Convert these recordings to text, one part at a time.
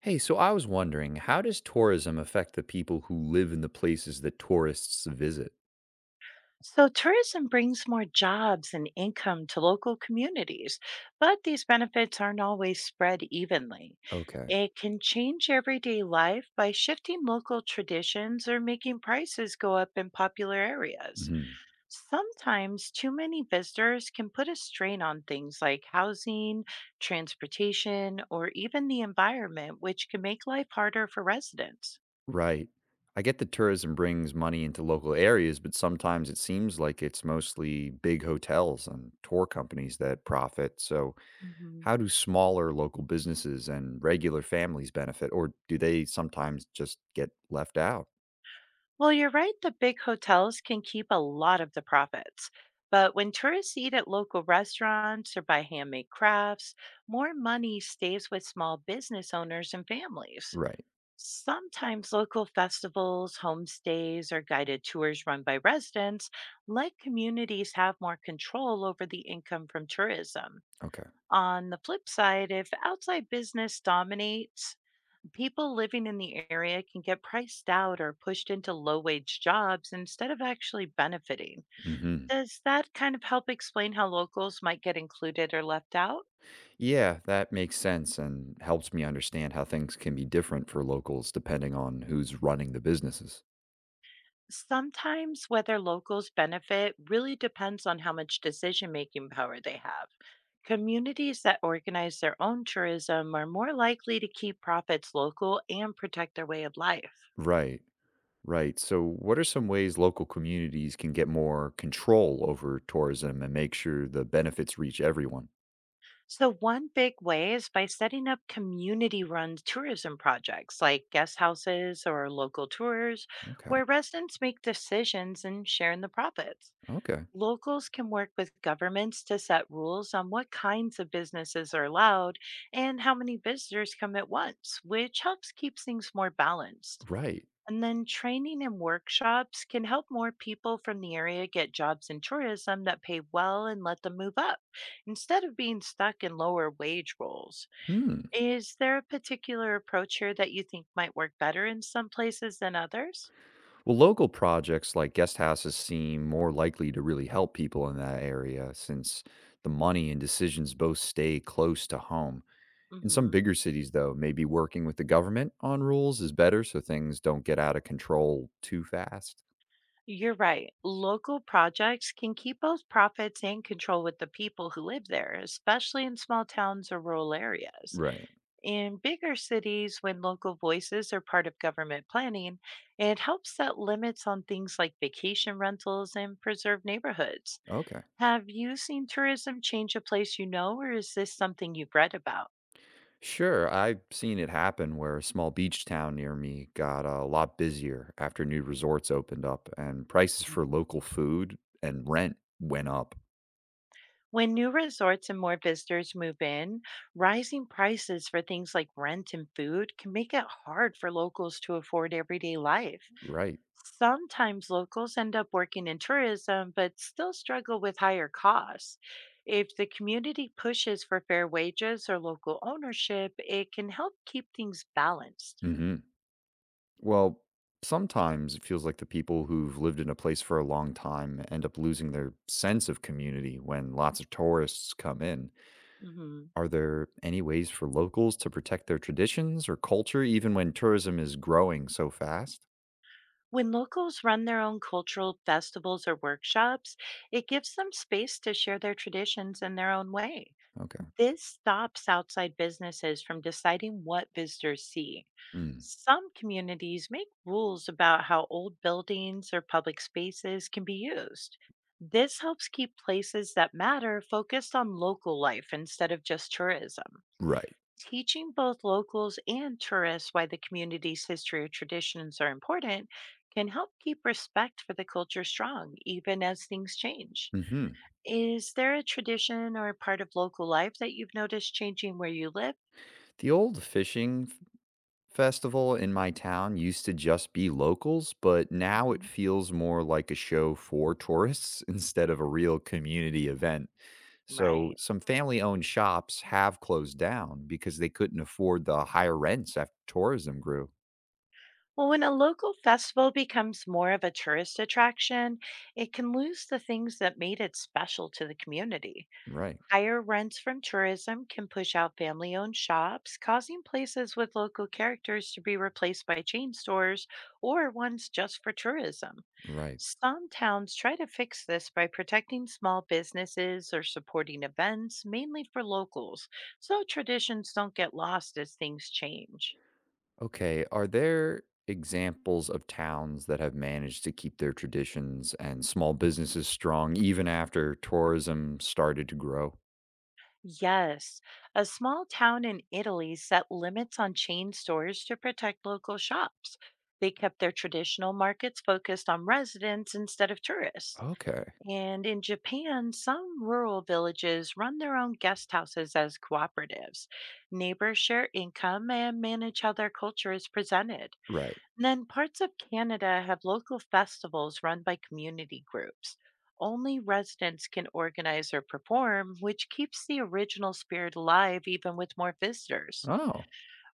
Hey, so I was wondering, how does tourism affect the people who live in the places that tourists visit? So, tourism brings more jobs and income to local communities, but these benefits aren't always spread evenly. Okay. It can change everyday life by shifting local traditions or making prices go up in popular areas. Hmm. Sometimes too many visitors can put a strain on things like housing, transportation, or even the environment, which can make life harder for residents. Right. I get that tourism brings money into local areas, but sometimes it seems like it's mostly big hotels and tour companies that profit. So, Mhm. how do smaller local businesses and regular families benefit, or do they sometimes just get left out? Well, you're right. The big hotels can keep a lot of the profits. But when tourists eat at local restaurants or buy handmade crafts, more money stays with small business owners and families. Right. Sometimes local festivals, homestays, or guided tours run by residents let communities have more control over the income from tourism. Okay. On the flip side, if outside business dominates, people living in the area can get priced out or pushed into low wage jobs instead of actually benefiting. Hmm. Does that kind of help explain how locals might get included or left out? Yeah, that makes sense and helps me understand how things can be different for locals depending on who's running the businesses. Sometimes whether locals benefit really depends on how much decision making power they have. Communities that organize their own tourism are more likely to keep profits local and protect their way of life. Right, right. So, what are some ways local communities can get more control over tourism and make sure the benefits reach everyone? So, one big way is by setting up community run tourism projects like guest houses or local tours Okay, where residents make decisions and share in the profits. okay, Locals can work with governments to set rules on what kinds of businesses are allowed and how many visitors come at once, which helps keep things more balanced. right. And then training and workshops can help more people from the area get jobs in tourism that pay well and let them move up instead of being stuck in lower wage roles. Hmm. Is there a particular approach here that you think might work better in some places than others? Well, local projects like guest houses seem more likely to really help people in that area since the money and decisions both stay close to home. In some hmm bigger cities, though, maybe working with the government on rules is better so things don't get out of control too fast. You're right. Local projects can keep both profits and control with the people who live there, especially in small towns or rural areas. Right. In bigger cities, when local voices are part of government planning, it helps set limits on things like vacation rentals and preserve neighborhoods. Okay. Have you seen tourism change a place you know, or is this something you've read about? Sure. I've seen it happen where a small beach town near me got a lot busier after new resorts opened up and prices for Mhm. local food and rent went up. When new resorts and more visitors move in, rising prices for things like rent and food can make it hard for locals to afford everyday life. Right. Sometimes locals end up working in tourism but still struggle with higher costs. If the community pushes for fair wages or local ownership, it can help keep things balanced. Hmm. Well, sometimes it feels like the people who've lived in a place for a long time end up losing their sense of community when lots of tourists come in. Mhm. Are there any ways for locals to protect their traditions or culture even when tourism is growing so fast? When locals run their own cultural festivals or workshops, it gives them space to share their traditions in their own way. Okay. This stops outside businesses from deciding what visitors see. Mm, Some communities make rules about how old buildings or public spaces can be used. This helps keep places that matter focused on local life instead of just tourism. right. Teaching both locals and tourists why the community's history or traditions are important can help keep respect for the culture strong, even as things change. Hmm. Is there a tradition or a part of local life that you've noticed changing where you live? The old fishing festival in my town used to just be locals, but now it Mhm. feels more like a show for tourists instead of a real community event. So Right. some family owned shops have closed down because they couldn't afford the higher rents after tourism grew. Well, when a local festival becomes more of a tourist attraction, it can lose the things that made it special to the community. Right. Higher rents from tourism can push out family owned shops, causing places with local characters to be replaced by chain stores or ones just for tourism. Right. Some towns try to fix this by protecting small businesses or supporting events, mainly for locals, so traditions don't get lost as things change. Okay. Are there examples of towns that have managed to keep their traditions and small businesses strong even after tourism started to grow? Yes, a small town in Italy set limits on chain stores to protect local shops. They kept their traditional markets focused on residents instead of tourists. Okay. And in Japan, some rural villages run their own guest houses as cooperatives. Neighbors share income and manage how their culture is presented. Right. And then parts of Canada have local festivals run by community groups. Only residents can organize or perform, which keeps the original spirit alive even with more visitors. Oh,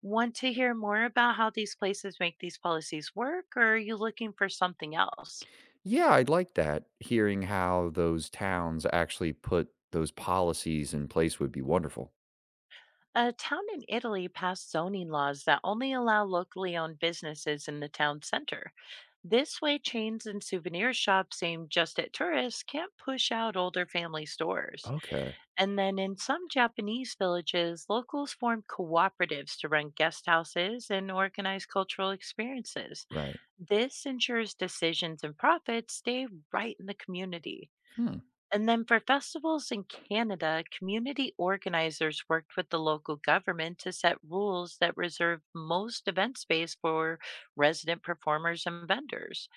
Want to hear more about how these places make these policies work, or are you looking for something else? yeah. I'd like that. Hearing how those towns actually put those policies in place would be wonderful. A town in Italy passed zoning laws that only allow locally owned businesses in the town center. This way, chains and souvenir shops aimed just at tourists can't push out older family stores. Okay. And then in some Japanese villages, locals formed cooperatives to run guest houses and organize cultural experiences. Right. This ensures decisions and profits stay right in the community. Hmm. And then for festivals in Canada, community organizers worked with the local government to set rules that reserve most event space for resident performers and vendors.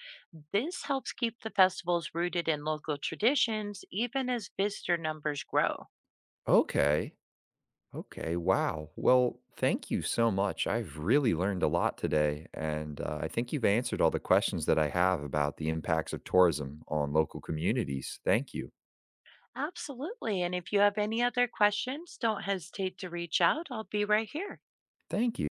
This helps keep the festivals rooted in local traditions, even as visitor numbers grow. Okay. Okay, wow. Well, thank you so much. I've really learned a lot today, and I think you've answered all the questions that I have about the impacts of tourism on local communities. Thank you. Absolutely. And if you have any other questions, don't hesitate to reach out. I'll be right here. Thank you.